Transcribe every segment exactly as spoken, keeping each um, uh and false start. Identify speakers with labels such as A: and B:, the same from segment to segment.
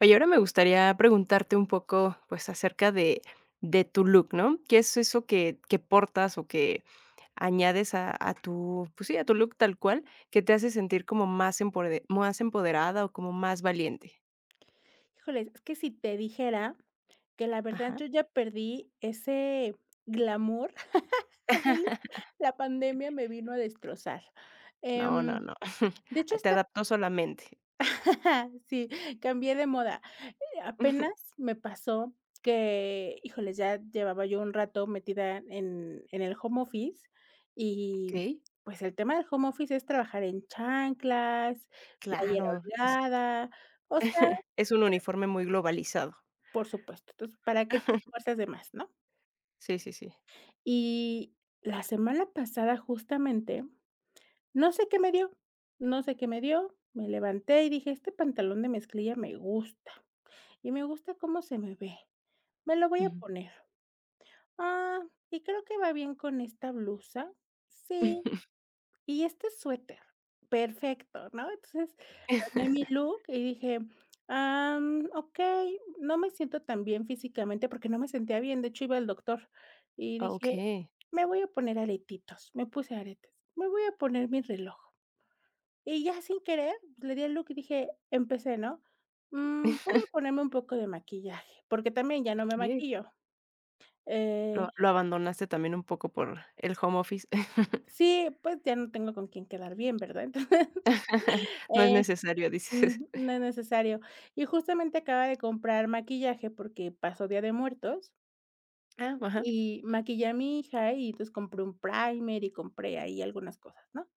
A: Oye, ahora me gustaría preguntarte un poco, pues, acerca de de tu look, ¿no? ¿Qué es eso que que portas o que añades a a tu, pues sí, a tu look tal cual, que te hace sentir como más empode más empoderada o como más valiente?
B: Híjoles, es que si te dijera que la verdad
A: Ajá.
B: yo ya perdí ese glamour, a mí la pandemia me vino a destrozar.
A: No, no,
B: Em,
A: no.
B: de hecho,
A: Te
B: está
A: adaptó solamente.
B: sí, cambié de moda. Eh, apenas me pasó que, híjoles, ya llevaba yo un rato metida en en el home office y,
A: Okey.
B: pues, el tema del home office es trabajar en chanclas, playera
A: Claro, es
B: holgada, o sea.
A: es un uniforme muy globalizado.
B: Por supuesto. Entonces, ¿para qué te esfuerzas de más, ¿no?
A: Sí, sí, sí.
B: Y la semana pasada, justamente, no sé qué me dio, no sé qué me dio, me levanté y dije: "Este pantalón de mezclilla me gusta, y me gusta cómo se me ve. Me lo voy a
A: Ujú.
B: poner. Ah, y creo que va bien con esta blusa. Sí, y este suéter, perfecto", ¿no? Entonces armé mi look y dije: "Am, okey, no me siento tan bien físicamente", porque no me sentía bien, de hecho, iba al doctor, y dije:
A: Okey.
B: "Me voy a poner aretitos", me puse aretes, "me voy a poner mi reloj", y ya sin querer, pues, le di el look y dije empecé, ¿no?
A: Okey.
B: "Mm, voy a ponerme un poco de maquillaje", porque también ya no me maquillo, eh
A: Lo lo abandonaste también un poco por el home office.
B: sí, pues, ya no tengo con quién quedar bien, ¿verdad? Entonces,
A: No es
B: eh
A: necesario, dices.
B: ujú, no es necesario. Y justamente acaba de comprar maquillaje porque pasó Día de Muertos
A: Ah, ajá.
B: y maquillé a mi hija y entonces compré un primer y compré ahí algunas cosas, ¿no?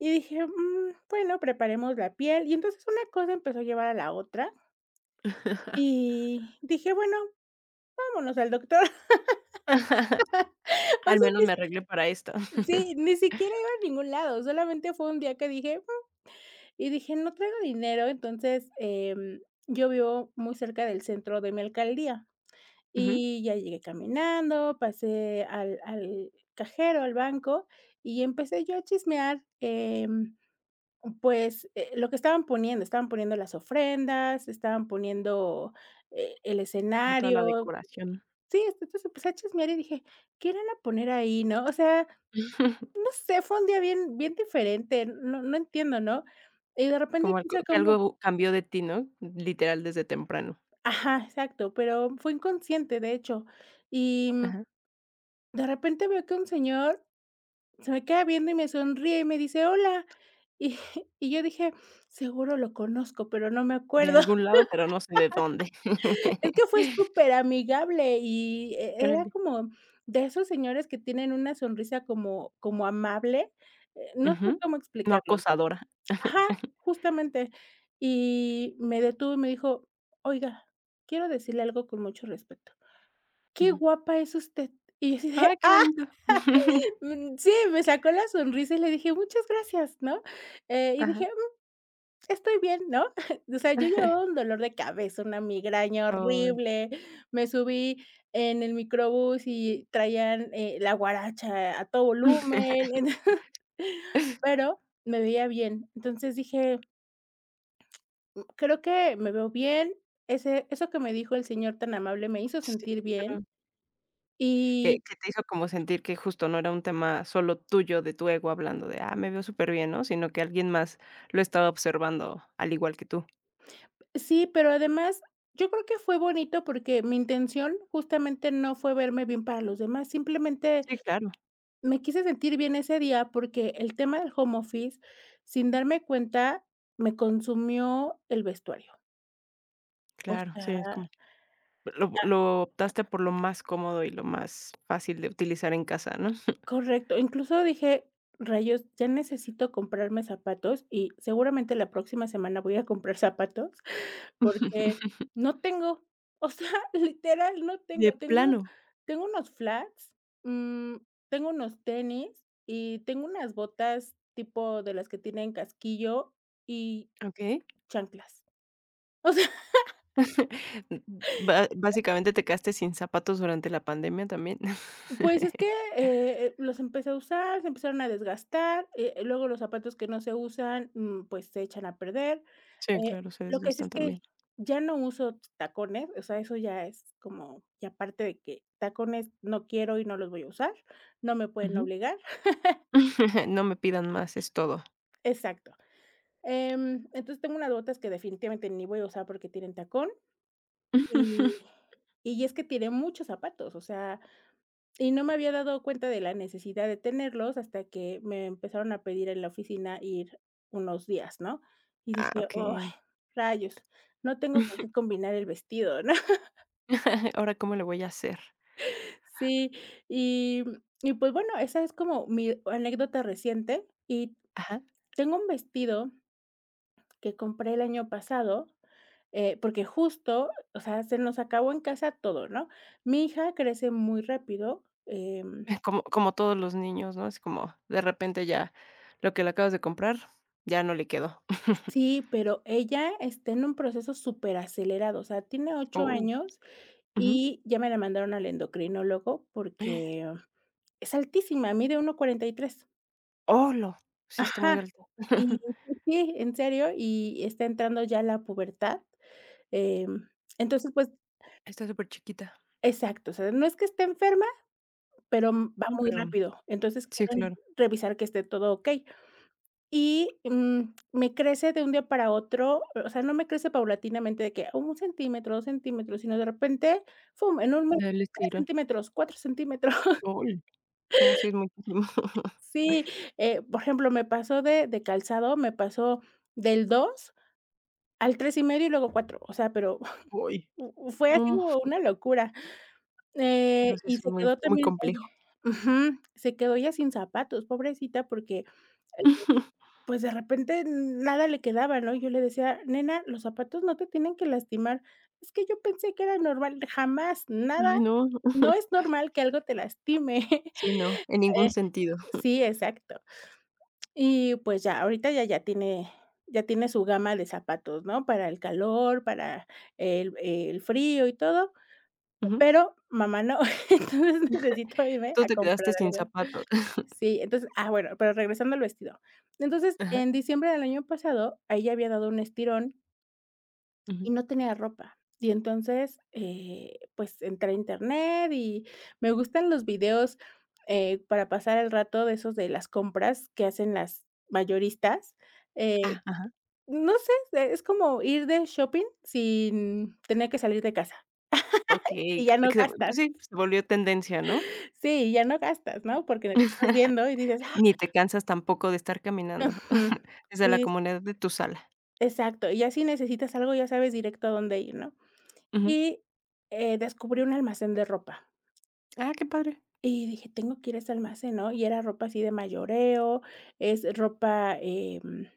B: Y dije: "Mm, bueno, preparemos la piel". Y entonces una cosa empezó a llevar a la otra y dije: "Bueno, vámonos al doctor". O
A: Al
B: sea,
A: menos
B: ni
A: me arreglé para esto.
B: si sí, ni siquiera iba a ningún lado, solamente fue un día que dije: "Mm", y dije: "No traigo dinero", entonces, em, yo vivo muy cerca del centro de mi alcaldía.
A: Ujú.
B: Y ya llegué caminando, pasé al al cajero, al banco, y empecé yo a chismear, em, pues, eh, lo que estaban poniendo, estaban poniendo las ofrendas, estaban poniendo, eh, el
A: Como toda la
B: escenario.
A: decoración.
B: Sí, este, entonces empecé a chismear y dije: "¿Qué irán a poner ahí?", ¿no? O sea, no sé, fue un día bien bien diferente, no no entiendo, ¿no? Y de repente,
A: Como algo
B: quién
A: que
B: como
A: algo cambió de ti, ¿no? Literal desde temprano.
B: ajá, exacto, pero fue inconsciente, de hecho. Y, mm,
A: Ajá.
B: de repente veo que un señor se me queda viendo y me sonríe y me dice: "Hola". Y y yo dije: "Seguro lo conozco, pero no me
A: De
B: acuerdo".
A: algún lado, pero no sé de dónde.
B: Es que fue súper amigable y e era
A: Órale.
B: como de esos señores que tienen una sonrisa como como amable, eh, no sé
A: Ujú.
B: cómo
A: No
B: explicarlo, ¿no?
A: acosadora.
B: Ajá, justamente. Y me detuvo y me dijo: "Oiga, quiero decirle algo con mucho respeto. Qué
A: Ujú.
B: guapa es usted". Y yo así de:
A: Ay, qué
B: "Ah".
A: bonito.
B: Mm, sí, me sacó la sonrisa y le dije: "Muchas gracias", ¿no? Eh, y
A: Ajá.
B: dije Estoy bien, ¿no? O sea, yo llevaba un dolor de cabeza, una migraña
A: Ay.
B: horrible, me subí en el microbús y traían, eh, la guaracha a todo volumen, pero me veía bien. Entonces dije: "Creo que me veo bien". Ese eso que me dijo el señor tan amable me hizo
A: Sí,
B: sentir bien.
A: pero que
B: Y
A: que te hizo como sentir que justo no era un tema solo tuyo, de tu ego, hablando de: "Ah, me veo súper bien, ¿no? Sino que alguien más lo estaba observando al igual que tú".
B: sí, pero además, yo creo que fue bonito porque mi intención justamente no fue verme bien para los demás, simplemente
A: Sí, claro,
B: me quise sentir bien ese día porque el tema del home office, sin darme cuenta, me consumió el vestuario. O
A: claro. Sí,
B: sea
A: es como lo lo optaste por lo más cómodo y lo más fácil de utilizar en casa, ¿no?
B: correcto. Incluso dije: "Rayos, ya necesito comprarme zapatos", y seguramente la próxima semana voy a comprar zapatos, porque no tengo. O sea, literal, no tengo.
A: De
B: Tengo
A: plano,
B: tengo unos flats, mm, tengo unos tenis y tengo unas botas tipo de las que tienen casquillo y
A: okey.
B: chanclas. O sea,
A: Ba Básicamente te quedaste sin zapatos durante la pandemia también.
B: pues es que, eh, los empecé a usar, se empezaron a desgastar, eh, luego los zapatos que no se usan, mm, pues se echan a perder.
A: Sí,
B: Eh,
A: claro, se
B: lo que sí
A: desgastan
B: es que
A: también.
B: ya no uso tacones, o sea, eso ya es como ya parte de que tacones no quiero y no los voy a usar, no me pueden
A: Ujú.
B: obligar.
A: No me pidan más, es todo.
B: Exacto. Em, entonces tengo unas botas que definitivamente ni voy a usar porque tienen tacón y y es que tiré muchos zapatos, o sea. Y no me había dado cuenta de la necesidad de tenerlos hasta que me empezaron a pedir en la oficina ir unos días, ¿no? Y
A: Ah,
B: dije: "Ay,
A: okey.
B: rayos, no tengo con qué combinar el vestido", ¿no?
A: Ahora, ¿cómo le voy a hacer?
B: Sí, y y pues bueno, esa es como mi anécdota reciente, y
A: Ajá,
B: tengo un vestido que compré el año pasado, eh, porque justo, o sea, se nos acabó en casa todo, ¿no? Mi hija crece muy rápido, em
A: como como todos los niños, ¿no? Es como de repente ya lo que le acabas de comprar ya no le quedó.
B: Sí, pero ella está en un proceso superacelerado, o sea, tiene ocho
A: Oh,
B: años
A: ujú.
B: y ya me la mandaron al endocrinólogo porque es altísima, mide uno cuarenta y tres.
A: ¡Holo! Sí, está muy
B: Ajá,
A: alto.
B: y sí, sí, en serio, y está entrando ya la pubertad, em, entonces, pues
A: Está superchiquita.
B: exacto, o sea, no es que esté enferma, pero m- va
A: No,
B: muy
A: pero
B: rápido, entonces
A: sí,
B: quieren
A: claro,
B: revisar que esté todo okey. Y, mm, me crece de un día para otro, o sea, no me crece paulatinamente de que "Oh, un centímetro, dos centímetros", sino de repente, fum, en un mes,
A: da el
B: tres
A: estirón.
B: centímetros, cuatro centímetros.
A: ¡Uy! No, sí es muchísimo.
B: Sí, eh, por ejemplo, me pasó de de calzado, me pasó del dos al tres y medio y luego cuatro, o sea, pero
A: ¡Uy!
B: u- fue así
A: No,
B: como una locura.
A: no,
B: Eh,
A: sí
B: y
A: es
B: se
A: muy
B: quedó
A: muy
B: también
A: complejo.
B: ella ujú, se quedó ya sin zapatos, pobrecita, porque pues, de repente nada le quedaba, ¿no? Yo le decía: "Nena, los zapatos no te tienen que lastimar". "Es que yo pensé que era normal". Jamás,
A: Ay,
B: nada,
A: no.
B: no es normal que algo te lastime.
A: Sí, no, en ningún
B: Eh,
A: sentido.
B: sí, exacto. Y, pues, ya, ahorita ya ya tiene ya tiene su gama de zapatos, ¿no? Para el calor, para el el frío y todo,
A: Ujú.
B: pero mamá no. Entonces necesito irme
A: Tú
B: a
A: te quedaste
B: comprar
A: sin
B: algo.
A: zapatos.
B: Sí, entonces, ah, bueno, pero regresando al vestido. Entonces,
A: Ajá,
B: en diciembre del año pasado, a ella había dado un estirón
A: ujú.
B: y no tenía ropa. Y entonces, eh, pues entré a internet y me gustan los videos, eh, para pasar el rato de esos de las compras que hacen las mayoristas. Eh,
A: Ah.
B: no sé, e- es como ir de shopping sin tener que salir de casa
A: Okey,
B: y ya no
A: que
B: gastas.
A: pues sí, se volvió tendencia, ¿no?
B: Sí, ya no gastas, ¿no? Porque estás viendo y dices, ah,
A: Ni te cansas tampoco de estar caminando desde la
B: mm.
A: comunidad de tu sala.
B: Exacto, y ya si necesitas algo, ya sabes directo a dónde ir, ¿no?
A: Ujú.
B: Y, eh, descubrí un almacén de ropa,
A: Ah, qué padre.
B: y dije: "Tengo que ir a ese almacén", ¿no? Y era ropa así de mayoreo, es ropa, em,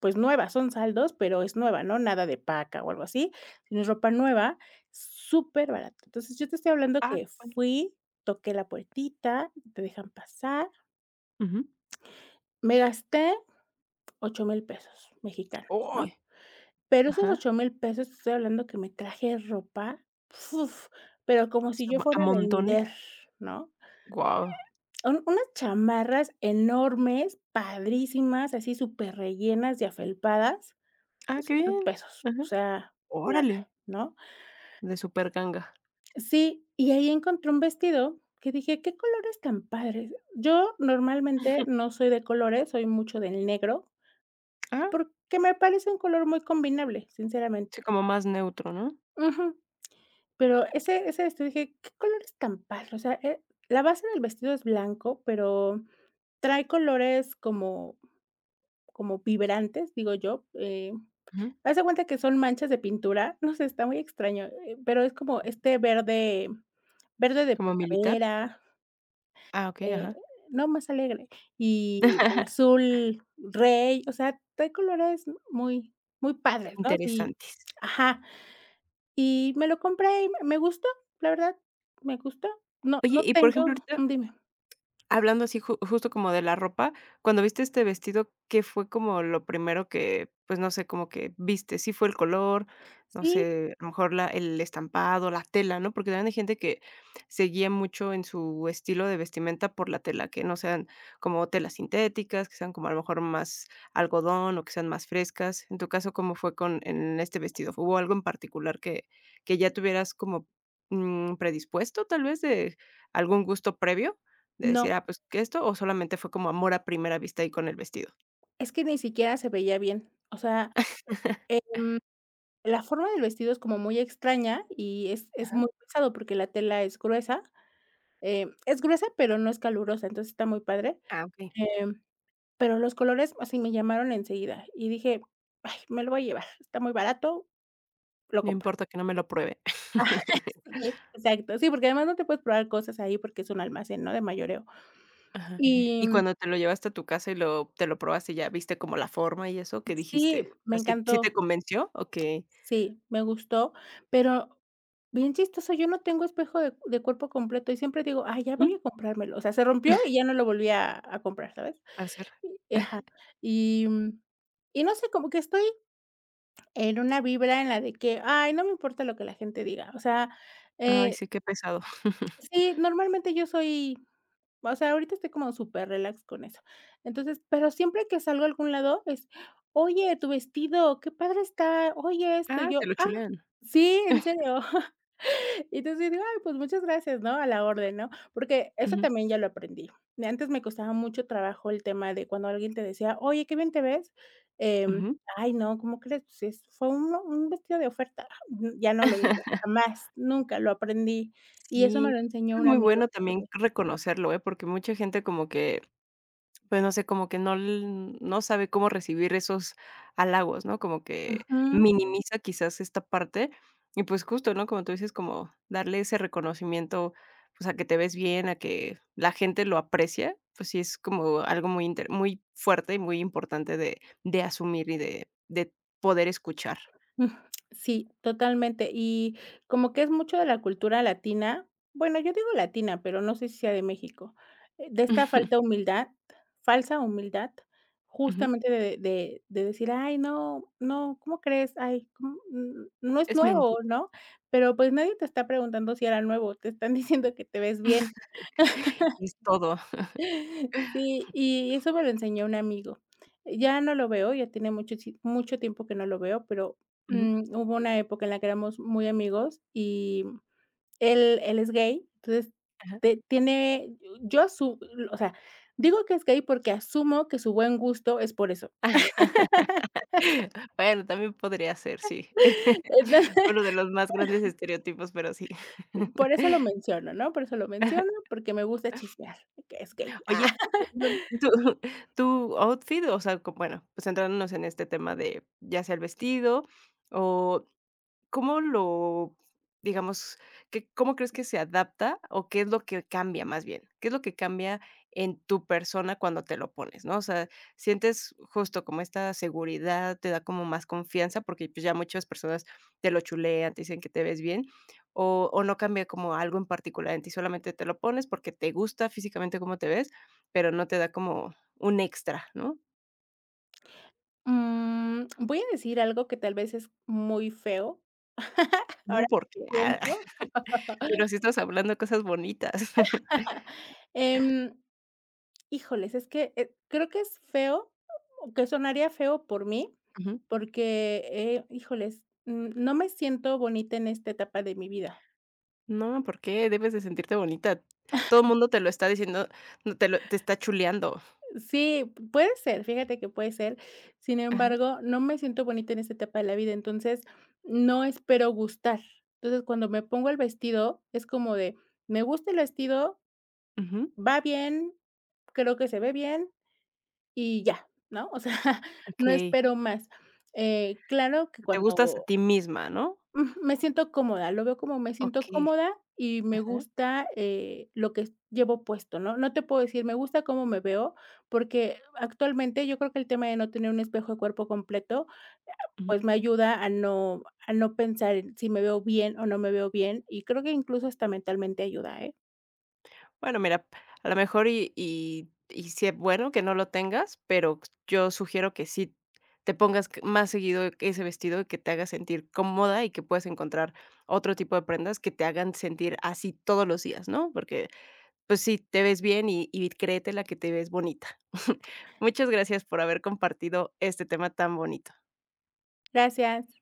B: pues nueva, son saldos, pero es nueva, ¿no? Nada de paca o algo así, sino es ropa nueva, súper barata. Entonces, yo te estoy hablando
A: Ah, qué
B: que
A: padre.
B: fui, toqué la puertita, te dejan pasar,
A: Ujú.
B: me gasté ocho mil pesos mexicanos,
A: ¡Oy!
B: ¿no? Pero esos
A: Ajá.
B: ocho mil pesos, te estoy hablando que me traje ropa, ¡fuf! Pero como
A: O
B: si
A: sea,
B: yo
A: ma- a
B: fuera a
A: montones.
B: vender, ¿no?
A: Guau.
B: Un unas chamarras enormes, padrísimas, así súper rellenas, y afelpadas,
A: Ah, qué
B: doscientos
A: bien.
B: pesos, o
A: Ajá.
B: sea, nada,
A: Órale,
B: ¿no?
A: de super ganga.
B: Sí, y ahí encontré un vestido que dije: "¿Qué colores tan padres?". Yo normalmente no soy de colores, soy mucho del negro,
A: Ah,
B: porque me parece un color muy combinable, sinceramente.
A: sí, como más neutro, ¿no?
B: Ujú. Pero ese ese vestido dije: "¿Qué colores tan padre?". O sea, eh, la base del vestido es blanco, pero trae colores como como vibrantes, digo yo, eh,
A: Ujú.
B: haz de cuenta que son manchas de pintura, no sé, está muy extraño, eh, pero es como este verde verde de
A: Como militar.
B: primavera,
A: Ah, okey,
B: eh,
A: ajá.
B: no, más alegre, y azul rey, o sea, trae colores muy muy padres, ¿no? Sí.
A: Interesantes.
B: Ajá. Y me lo compré y me me gustó, la verdad, me gustó. No
A: Oye,
B: no
A: y por ejemplo,
B: tengo
A: ahorita
B: mm, dime.
A: hablando así ju justo como de la ropa, cuando viste este vestido, ¿qué fue como lo primero que, pues, no sé, como que viste? ¿Sí fue el color? No
B: Sí,
A: sé, a lo mejor la el estampado, la tela, ¿no? Porque también hay gente que se guía mucho en su estilo de vestimenta por la tela, que no sean como telas sintéticas, que sean como a lo mejor más algodón o que sean más frescas. En tu caso, ¿cómo fue con en este vestido? ¿Hubo algo en particular que que ya tuvieras como, mm, predispuesto, tal vez, de algún gusto previo? De
B: no,
A: decir: "Ah, pues, ¿que esto?", o solamente fue como amor a primera vista ahí con el vestido.
B: es que ni siquiera se veía bien. O sea, la forma del vestido es como muy extraña y es es
A: Ajá.
B: muy pesado porque la tela es gruesa, eh, es gruesa, pero no es calurosa, entonces está muy padre,
A: Ah, okey.
B: em, pero los colores así me llamaron enseguida y dije: "Ay, me lo voy a llevar, está muy barato, lo
A: No
B: compro".
A: importa que no me lo pruebe.
B: Sí, exacto. Sí, porque además no te puedes probar cosas ahí porque es un almacén, ¿no?, de mayoreo.
A: Ajá.
B: Y
A: Y cuando te lo llevaste a tu casa y lo te lo probaste ya viste como la forma y eso, ¿qué
B: sí,
A: dijiste?
B: me
A: Así sea, ¿sí sí te
B: encantó.
A: convenció o qué?
B: Sí, me gustó, pero bien chistoso, yo no tengo espejo de de cuerpo completo y siempre digo: "Ay, ya voy
A: Mm.
B: a comprármelo". O sea, se rompió y ya no lo volví a a comprar, ¿sabes?
A: Hacer.
B: Y ajá, y, mm, y no sé, como que estoy en una vibra en la de que: "Ay, no me importa lo que la gente diga". O sea,
A: Ay,
B: eh,
A: sí, qué pesado.
B: sí, normalmente yo soy. O sea, ahorita estoy como súper superrelax con eso. Entonces, pero siempre que salgo a algún lado es: "Oye, tu vestido, qué padre está. Oye, esto". Y
A: Ah,
B: yo:
A: te lo
B: "Ah,
A: chulean.
B: sí, en serio". Y entonces digo: "Ay, pues muchas gracias, ¿no? A la orden", ¿no? Porque eso
A: Ujú,
B: también ya lo aprendí. De Antes me costaba mucho trabajo el tema de cuando alguien te decía: "Oye, qué bien te ves", em,
A: ujú.
B: "ay, no, ¿cómo crees? Pues es fue un un vestido de oferta". Ya no lo digo, jamás, nunca, lo aprendí. Y eso me
A: Sí,
B: lo enseñó
A: es
B: un
A: muy
B: amigo
A: bueno
B: que
A: también
B: tuve.
A: reconocerlo, ¿eh? Porque mucha gente como que, pues, no sé, como que no l no sabe cómo recibir esos halagos, ¿no? Como que
B: Ujú.
A: minimiza quizás esta parte y, pues, justo, ¿no? Como tú dices, como darle ese reconocimiento, pues, a que te ves bien, a que la gente lo aprecia, pues sí es como algo muy inter muy fuerte y muy importante de de asumir y de de poder escuchar.
B: Ujú. Sí, totalmente. Y como que es mucho de la cultura latina, bueno, yo digo latina, pero no sé si sea de México, eh, de esta
A: Ujú.
B: falta de humildad, falsa humildad,
A: Ujú.
B: justamente de de de decir: "Ay, no, no, ¿cómo crees? Ay, ¿cómo? N no es
A: Es mentir,
B: nuevo", ¿no? Pero, pues, nadie te está preguntando si era nuevo, te están diciendo que te ves bien.
A: es todo.
B: Sí, y eso me lo enseñó un amigo. Ya no lo veo, ya tiene mucho, si- mucho tiempo que no lo veo, pero
A: Ujú.
B: mm, hubo una época en la que éramos muy amigos y él, él es gay, entonces te- tiene, yo asumo, o sea, digo que es gay porque asumo que su buen gusto es por eso.
A: Bueno, también podría ser, sí.
B: Entonces,
A: Uno de los más grandes estereotipos, pero sí.
B: por eso lo menciono, ¿no? Por eso lo menciono, porque me gusta chismear, que es gay.
A: Oye, tu tu outfit, o sea, co bueno, pues centrándonos en este tema de, ya sea el vestido o ¿cómo lo, digamos, que cómo crees que se adapta o qué es lo que cambia más bien? ¿Qué es lo que cambia en tu persona cuando te lo pones, no? O sea, sientes justo como esta seguridad, te da como más confianza, porque, pues, ya muchas personas te lo chulean, te dicen que te ves bien, o o no cambia como algo en particular en ti, solamente te lo pones porque te gusta físicamente cómo te ves, pero no te da como un extra, ¿no?
B: Mm, voy a decir algo que tal vez es muy feo.
A: No,
B: Ahora
A: porque,
B: que
A: ah,
B: pienso.
A: pero sí estás hablando cosas bonitas.
B: Em, Híjoles, es que, eh, creo que es feo, o que sonaría feo por mí, porque, eh, híjoles, mm, no me siento bonita en esta etapa de mi vida.
A: No, ¿por qué? Debes de sentirte bonita. Todo el mundo te lo está diciendo, no te lo te está chuleando.
B: Sí, p- puede ser, fíjate que puede ser. Sin
A: Ajá,
B: embargo, no me siento bonita en esta etapa de la vida, entonces, no espero gustar. Entonces, cuando me pongo el vestido, es como de, me gusta el vestido,
A: ujú.
B: va bien, creo que se ve bien, y ya, ¿no? O sea, no
A: Okey.
B: espero más. Eh, claro que
A: Te gustas a
B: cuando
A: ti misma, ¿no?
B: ujú, me siento cómoda, lo veo como me siento
A: Okey,
B: cómoda y me
A: ajá.
B: gusta, eh, lo que llevo puesto, ¿no? No te puedo decir, me gusta cómo me veo, porque actualmente yo creo que el tema de no tener un espejo de cuerpo completo,
A: Ujú.
B: pues me ayuda a no a no pensar en si me veo bien o no me veo bien, y creo que incluso hasta mentalmente ayuda, ¿eh?
A: Bueno, mira, a lo mejor y y y sí es bueno que no lo tengas, pero yo sugiero que sí te pongas q más seguido ese vestido y que te haga sentir cómoda y que puedas encontrar otro tipo de prendas que te hagan sentir así todos los días, ¿no? Porque pues sí, te ves bien y y créete la que te ves bonita. Muchas gracias por haber compartido este tema tan bonito.
B: Gracias.